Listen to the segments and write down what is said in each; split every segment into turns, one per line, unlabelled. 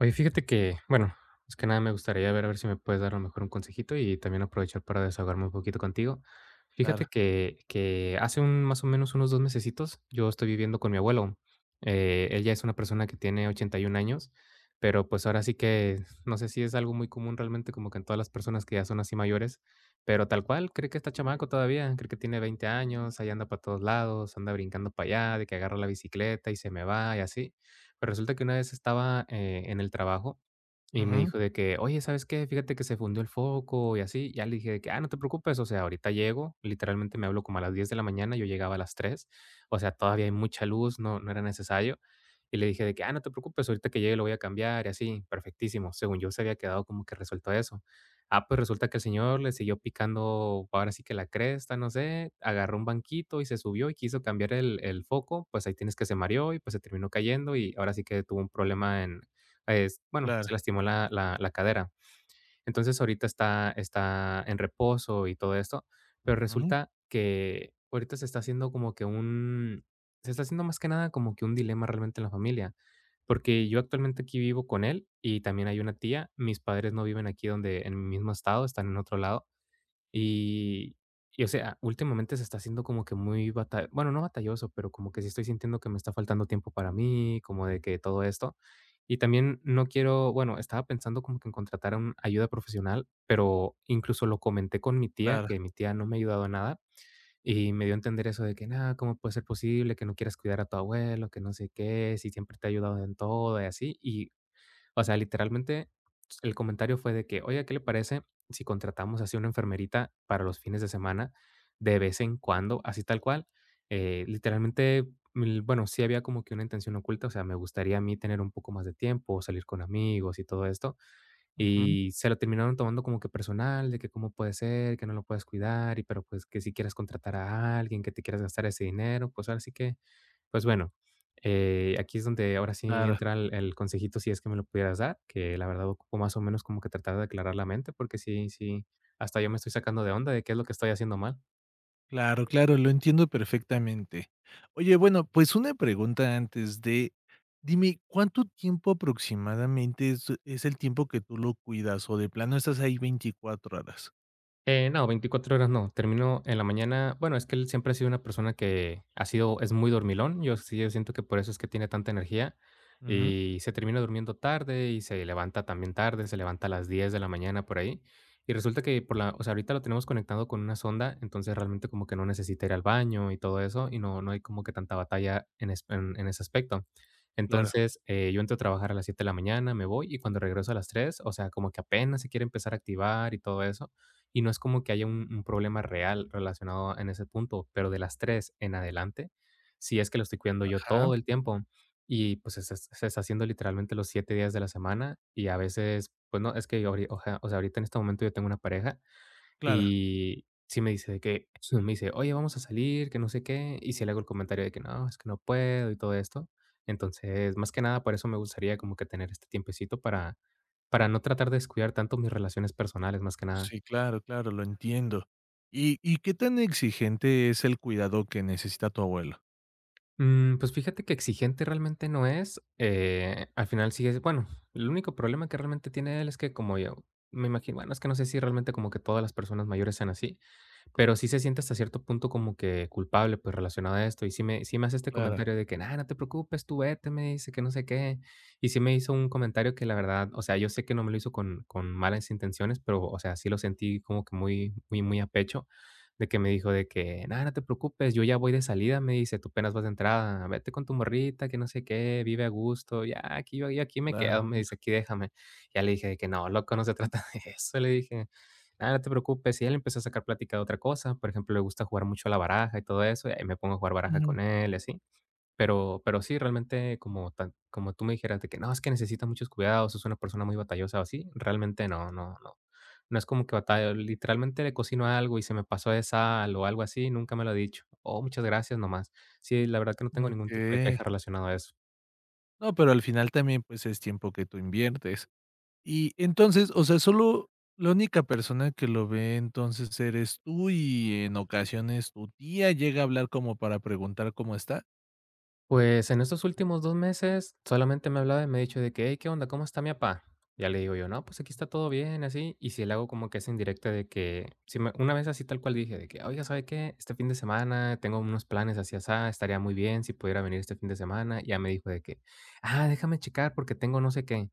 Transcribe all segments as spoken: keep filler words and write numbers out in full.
Oye, fíjate que, bueno, es que nada me gustaría ver a ver si me puedes dar a lo mejor un consejito y también aprovechar para desahogarme un poquito contigo.
Claro.
Fíjate que, que hace un, más o menos unos dos mesecitos yo estoy viviendo con mi abuelo. Eh, él ya es una persona que tiene ochenta y un años, pero pues ahora sí que no sé si es algo muy común realmente como que en todas las personas que ya son así mayores, pero tal cual, cree que está chamaco todavía, cree que tiene veinte años, ahí anda para todos lados, anda brincando para allá, de que agarra la bicicleta y se me va y así. Pero resulta que una vez estaba, eh, en el trabajo, y me
Ujú.
dijo de que: "Oye, ¿sabes qué? Fíjate que se fundió el foco y así". Ya le dije de que: "Ah, no te preocupes, o sea, ahorita llego". Literalmente me hablo como a las diez de la mañana, yo llegaba a las tres. O sea, todavía hay mucha luz, no no era necesario. Y le dije de que: "Ah, no te preocupes, ahorita que llegue lo voy a cambiar", y así, perfectísimo. Según yo se había quedado como que resuelto eso. Ah, pues resulta que el señor le siguió picando, ahora sí que la cresta, no sé, agarró un banquito y se subió y quiso cambiar el el foco, pues ahí tienes que se mareó y, pues, se terminó cayendo y ahora sí que tuvo un problema en es bueno,
Claro.
se lastimó la la la cadera. Entonces, ahorita está está en reposo y todo esto, pero
Ujú.
resulta que ahorita se está haciendo como que un se está haciendo más que nada como que un dilema realmente en la familia, porque yo actualmente aquí vivo con él y también hay una tía. Mis padres no viven aquí donde en mi mismo estado, están en otro lado. Y y, o sea, últimamente se está haciendo como que muy bata bueno, no batalloso, pero como que sí estoy sintiendo que me está faltando tiempo para mí, como de que todo esto. Y también no quiero bueno, estaba pensando como que en contratar un ayuda profesional, pero incluso lo comenté con mi tía,
Claro.
que mi tía no me ha ayudado en nada, y me dio a entender eso de que: nada ¿cómo puede ser posible que no quieras cuidar a tu abuelo, que no sé qué, si siempre te ha ayudado en todo?", y así. Y o sea, literalmente el comentario fue de que: "Oiga, ¿qué le parece si contratamos así una enfermerita para los fines de semana de vez en cuando?", así tal cual. Eh, literalmente, mm, bueno, sí había como que una intención oculta, o sea, me gustaría a mí tener un poco más de tiempo, salir con amigos y todo esto,
Ujú.
y se lo terminaron tomando como que personal, de que cómo puede ser, que no lo puedes cuidar y pero, pues, que si quieres contratar a alguien, que te quieras gastar ese dinero, pues, ahora sí que pues bueno, eh, aquí es donde ahora sí
Claro,
entra el, el consejito, si es que me lo pudieras dar, que la verdad ocupo más o menos como que tratar de aclarar la mente, porque sí, sí, hasta yo me estoy sacando de onda de qué es lo que estoy haciendo mal.
claro, claro, lo entiendo perfectamente. Oye, bueno, pues una pregunta antes de, dime, ¿cuánto tiempo aproximadamente es es el tiempo que tú lo cuidas o de plano estás ahí veinticuatro horas?
Eh, no, veinticuatro horas no, termino en la mañana. Bueno, es que él siempre ha sido una persona que ha sido es muy dormilón. Yo sí, yo siento que por eso es que tiene tanta energía
Ujú,
y se termina durmiendo tarde y se levanta también tarde, se levanta a las diez de la mañana por ahí. Y resulta que por la, o sea, ahorita lo tenemos conectado con una sonda, entonces realmente como que no necesita ir al baño y todo eso y no, no hay como que tanta batalla en, es- en, en ese aspecto.
claro.
Entonces, eh, yo entro a trabajar a las siete de la mañana, me voy y cuando regreso a las tres, o sea, como que apenas se quiere empezar a activar y todo eso. Y no es como que haya un un problema real relacionado en ese punto, pero de las tres en adelante, sí es que lo estoy cuidando yo
Ajá.
todo el tiempo y, pues, se es se está haciendo literalmente los siete días de la semana y a veces, pues no, es que ahori oja o sea, ahorita en este momento yo tengo una pareja
Claro,
y sí me dice de que me dice: "Oye, vamos a salir, que no sé qué", y si le hago el comentario de que: "No, es que no puedo", y todo esto. Entonces, más que nada, por eso me gustaría como que tener este tiempecito para para no tratar de descuidar tanto mis relaciones personales, más que nada.
sí, claro, claro, lo entiendo. ¿Y y qué tan exigente es el cuidado que necesita tu abuelo?
Mm, pues fíjate que exigente realmente no es, eh, al final sigue es- bueno, el único problema que realmente tiene él es que como yo me imagino, bueno, es que no sé si realmente como que todas las personas mayores sean así, pero sí se siente hasta cierto punto como que culpable, pues, relacionado a esto. Y sí me sí me hace este
Claro,
comentario de que: nada no te preocupes, tú vete", me dice, que no sé qué. Y sí me hizo un comentario que la verdad, o sea, yo sé que no me lo hizo con con malas intenciones, pero, o sea, sí lo sentí como que muy muy muy a pecho, de que me dijo de que: nada no te preocupes, yo ya voy de salida", me dice, "tú apenas vas de entrada, vete con tu morrita, que no sé qué, vive a gusto, ya aquí yo yo aquí me
claro.
quedo", me dice, "aquí déjame". Ya le dije de que: "No, loco, no se trata de eso", le dije. Ah, no te preocupes. Y él empezó a sacar plática de otra cosa. Por ejemplo, le gusta jugar mucho a la baraja y todo eso, y ahí me pongo a jugar baraja
Ujú,
con él y así. Pero pero sí, realmente, como tan como tú me dijeras de que: "No, es que necesita muchos cuidados, es una persona muy batallosa", o así, realmente no, no, no. No es como que batallo, literalmente le cocino algo y se me pasó de sal o algo así, nunca me lo ha dicho. "Oh, muchas gracias", nomás. Sí, la verdad que no tengo ningún tipo de
okey.
queja relacionado a eso.
No, pero al final también, pues, es tiempo que tú inviertes. Y entonces, o sea, solo la única persona que lo ve entonces eres tú, y en ocasiones tu tía llega a hablar como para preguntar cómo está.
Pues en estos últimos dos meses solamente me ha hablado y me ha dicho de que: "Hey, ¿qué onda? ¿Cómo está mi papá?". Ya le digo yo: "No, pues aquí está todo bien", así, y si le hago como que esa indirecta de que sí me una vez así tal cual dije de que: "Oiga, ¿sabe qué? Este fin de semana tengo unos planes así, asá, estaría muy bien si pudiera venir este fin de semana". Y Ya me dijo de que: "Ah, déjame checar porque tengo no sé qué".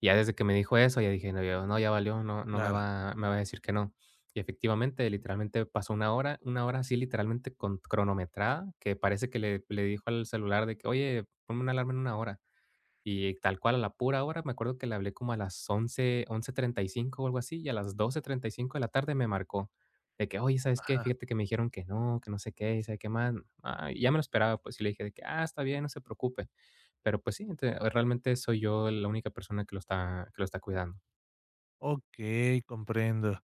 Y ya desde que me dijo eso, ya dije: "No, ya no, ya valió, no no me
Claro,
va me va a decir que no". Y efectivamente, literalmente pasó una hora, una hora así literalmente con cronometrada, que parece que le le dijo al celular de que: "Oye, ponme una alarma en una hora". Y tal cual, a la pura hora, me acuerdo que le hablé como a las once once treinta y cinco o algo así, y a las doce treinta y cinco de la tarde me marcó de que: "Oye, ¿sabes qué?
ajá.
Fíjate que me dijeron que no, que no sé qué, y sabe qué más". Ah, y ya me lo esperaba, pues, y le dije de que: "Ah, está bien, no se preocupe". Pero, pues sí, ente realmente soy yo la única persona que lo está que lo está cuidando.
Okey, comprendo.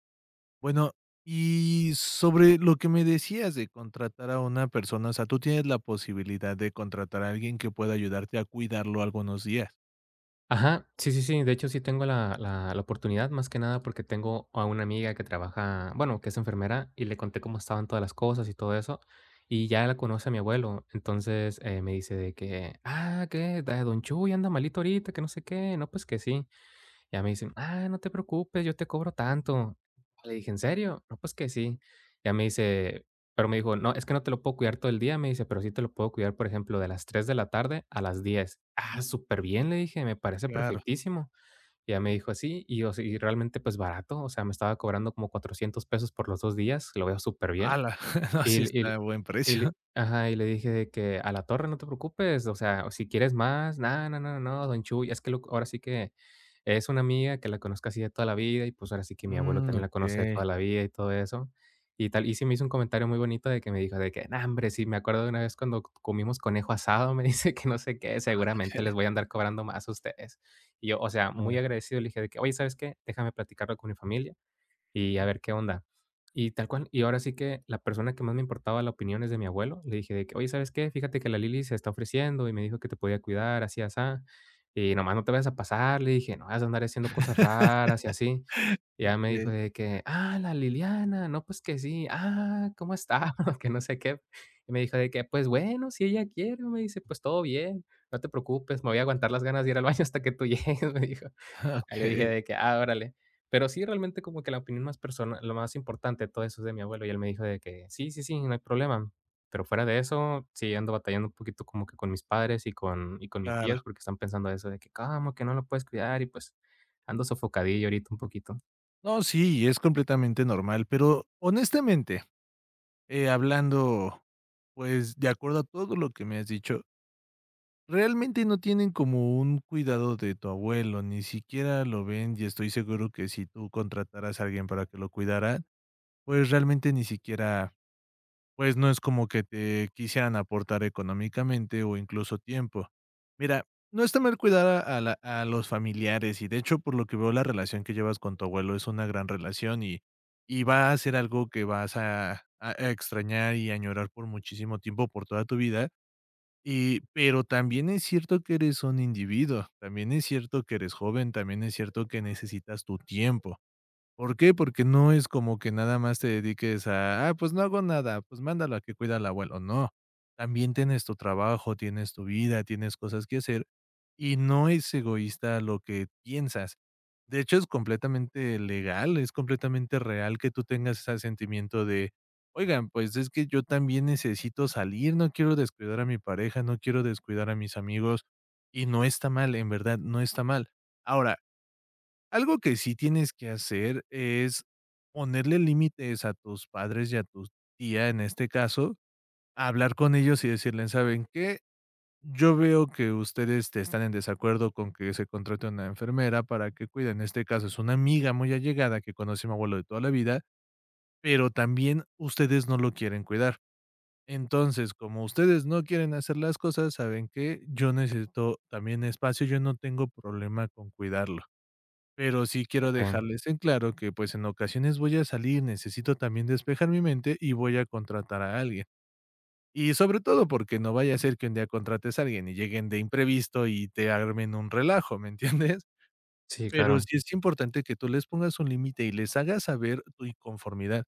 Bueno, y sobre lo que me decías de contratar a una persona, o sea, tú tienes la posibilidad de contratar a alguien que pueda ayudarte a cuidarlo algunos días.
Ajá, sí, sí, sí. De hecho, sí tengo la la la oportunidad, más que nada, porque tengo a una amiga que trabaja, bueno, que es enfermera, y le conté cómo estaban todas las cosas y todo eso, y ya la conoce a mi abuelo. Entonces, eh, me dice de que: "Ah, que Da don Chuy anda malito ahorita, que no sé qué". No, pues que sí. Ya me dicen: "Ah, no te preocupes, yo te cobro tanto". Le dije: "¿En serio?". "No, pues que sí". Ya me dice pero me dijo: "No, es que no te lo puedo cuidar todo el día", me dice, "pero sí te lo puedo cuidar, por ejemplo, de las tres de la tarde a las diez "Ah, súper bien le dije, "me parece
Claro.
perfectísimo". Ya me dijo así, y, o sea, y realmente, pues, barato, o sea, me estaba cobrando como cuatrocientos pesos por los dos días, lo veo súper bien
Ala, no,
y
sí
le
está
y
a buen
y
precio.
le ajá, y le dije de que: "A la torre, no te preocupes, o sea, o si quieres más, nada, no, no, no, no, don Chuy". Es que lo ahora sí que es una amiga que la conozco así de toda la vida y, pues, ahora sí que mi abuelo
Mm,
también la conoce de
okey.
toda la vida y todo eso, y tal. Y sí me hizo un comentario muy bonito de que me dijo de que: "No, hombre, sí, me acuerdo de una vez cuando comimos conejo asado", me dice que no sé qué, "seguramente les voy a andar cobrando más a ustedes". Y yo, o sea, muy
Claro.
agradecido, le dije de que: "Oye, ¿sabes qué? Déjame platicarlo con mi familia" y a ver qué onda. Y tal cual, y ahora sí que la persona que más me importaba la opinión es de mi abuelo. Le dije de que, oye, ¿sabes qué? Fíjate que la Lili se está ofreciendo y me dijo que te podía cuidar, así, así. Y nomás no te vayas a pasar, le dije, no vas a andar haciendo cosas raras y así. Y ya me dijo
Okey,
de que, ah, la Liliana, no, pues que sí, ah, ¿cómo está? que no sé qué. Y me dijo de que, pues bueno, si ella quiere, me dice, pues todo bien, no te preocupes, me voy a aguantar las ganas de ir al baño hasta que tú llegues, me dijo. Ya le dije
okey,
de que: "Ah, órale". Pero sí, realmente como que la opinión más persona lo más importante de todo eso es de mi abuelo, y él me dijo de que: "Sí, sí, sí, no hay problema". Pero fuera de eso, sí ando batallando un poquito como que con mis padres y con y con mis
claro.
tías, porque están pensando eso de que: "¿Cómo que no lo puedes cuidar?". Y pues, ando sofocadillo ahorita un poquito.
No, sí, es completamente normal, pero honestamente, eh, hablando, pues, de acuerdo a todo lo que me has dicho, realmente no tienen como un cuidado de tu abuelo, ni siquiera lo ven, y estoy seguro que si tú contrataras a alguien para que lo cuidara, pues, realmente ni siquiera. Pues no es como que te quisieran aportar económicamente o incluso tiempo. Mira, no está mal cuidar a, a la- a los familiares y de hecho por lo que veo la relación que llevas con tu abuelo es una gran relación, y, y va a ser algo que vas a, a- a extrañar y añorar por muchísimo tiempo, por toda tu vida. Y, pero también es cierto que eres un individuo, también es cierto que eres joven, también es cierto que necesitas tu tiempo. ¿Por qué? Porque no es como que nada más te dediques a: "Ah, pues no hago nada, pues mándalo a que cuide al abuelo", no. También tienes tu trabajo, tienes tu vida, tienes cosas que hacer, y no es egoísta lo que piensas. De hecho, es completamente legal, es completamente real que tú tengas ese sentimiento de: "Oigan, pues es que yo también necesito salir, no quiero descuidar a mi pareja, no quiero descuidar a mis amigos", y no está mal, en verdad no está mal. Ahora, algo que sí tienes que hacer es ponerle límites a tus padres y a tu tía, en este caso, hablar con ellos y decirles, ¿saben qué? Yo veo que ustedes te están en desacuerdo con que se contrate una enfermera para que cuide. En este caso es una amiga muy allegada que conoce a mi abuelo de toda la vida, pero también ustedes no lo quieren cuidar. Entonces, como ustedes no quieren hacer las cosas, saben que yo necesito también espacio, yo no tengo problema con cuidarlo. Pero sí quiero
Okey.
dejarles en claro que, pues, en ocasiones voy a salir, necesito también despejar mi mente y voy a contratar a alguien. Y sobre todo porque no vaya a ser que un día contrates a alguien y lleguen de imprevisto y te armen un relajo, ¿me entiendes?
Sí,
Pero
claro.
sí es importante que tú les pongas un límite y les hagas saber tu inconformidad.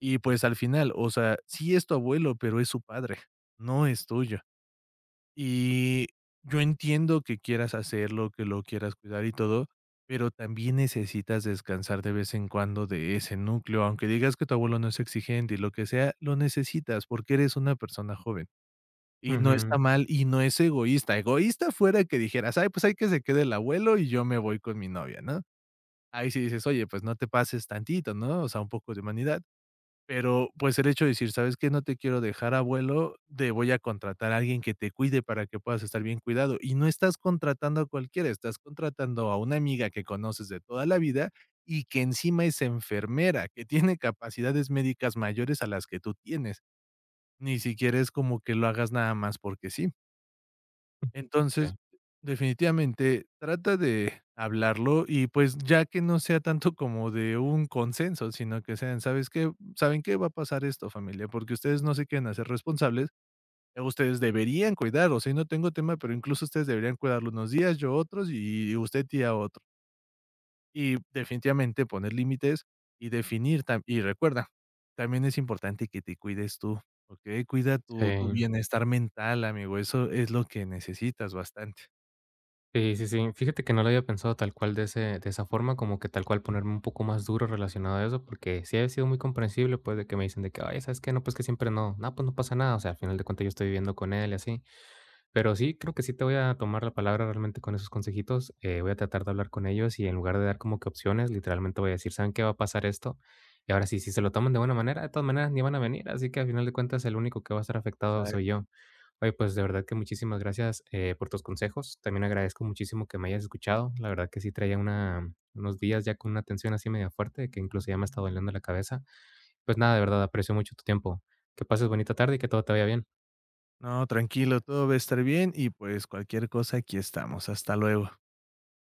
Y, pues, al final, o sea, sí es tu abuelo, pero es su padre, no es tuyo. Y yo entiendo que quieras hacerlo, que lo quieras cuidar y todo, pero también necesitas descansar de vez en cuando de ese núcleo, aunque digas que tu abuelo no es exigente y lo que sea, lo necesitas porque eres una persona joven. Y no está
Ujú.
mal y no es egoísta. Egoísta fuera que dijeras, ay, pues hay que se quede el abuelo y yo me voy con mi novia, ¿no? Ahí sí dices, oye, pues no te pases tantito, ¿no? O sea, un poco de humanidad. Pero, pues, el hecho de decir: "¿Sabes qué? No te quiero dejar, abuelo, te voy a contratar a alguien que te cuide para que puedas estar bien cuidado". Y no estás contratando a cualquiera, estás contratando a una amiga que conoces de toda la vida y que encima es enfermera, que tiene capacidades médicas mayores a las que tú tienes. Ni siquiera es como que lo hagas nada más porque sí.
Sí,
Entonces, definitivamente trata de hablarlo y, pues, ya que no sea tanto como de un consenso, sino que sean, ¿sabes qué? ¿Saben qué? Va a pasar esto, familia, porque ustedes no se quieren hacer responsables, eh, ustedes deberían cuidar, o sea, no tengo tema, pero incluso ustedes deberían cuidarlo unos días, yo otros y usted tía otro. Y definitivamente poner límites y definir tam y recuerda, también es importante que te cuides tú, ¿ok? Cuida tu tu
sí.
bienestar mental, amigo, eso es lo que necesitas bastante.
Sí, sí, sí. Fíjate que no lo había pensado tal cual de ese, de esa forma, como que tal cual ponerme un poco más duro relacionado a eso, porque sí ha sido muy comprensible, pues, de que me dicen de que, ay, ¿sabes qué? No, pues que siempre no, no, pues no pasa nada, o sea, al final de cuentas yo estoy viviendo con él y así. Pero sí, creo que sí te voy a tomar la palabra realmente con esos consejitos. Eh, voy a tratar de hablar con ellos y en lugar de dar como que opciones, literalmente voy a decir, ¿saben qué va a pasar esto? Y ahora sí, si se lo toman de buena manera, de todas maneras ni van a venir. Así que al final de cuentas, el único que va a estar afectado soy
Exacto.
yo. Oye, pues de verdad que muchísimas gracias eh, por tus consejos. También agradezco muchísimo que me hayas escuchado. La verdad que sí traía una, unos días ya con una tensión así media fuerte, que incluso ya me está doliendo la cabeza. Pues nada, de verdad, aprecio mucho tu tiempo. Que pases bonita tarde y que todo te vaya bien.
No, tranquilo, todo va a estar bien y pues cualquier cosa aquí estamos. Hasta luego.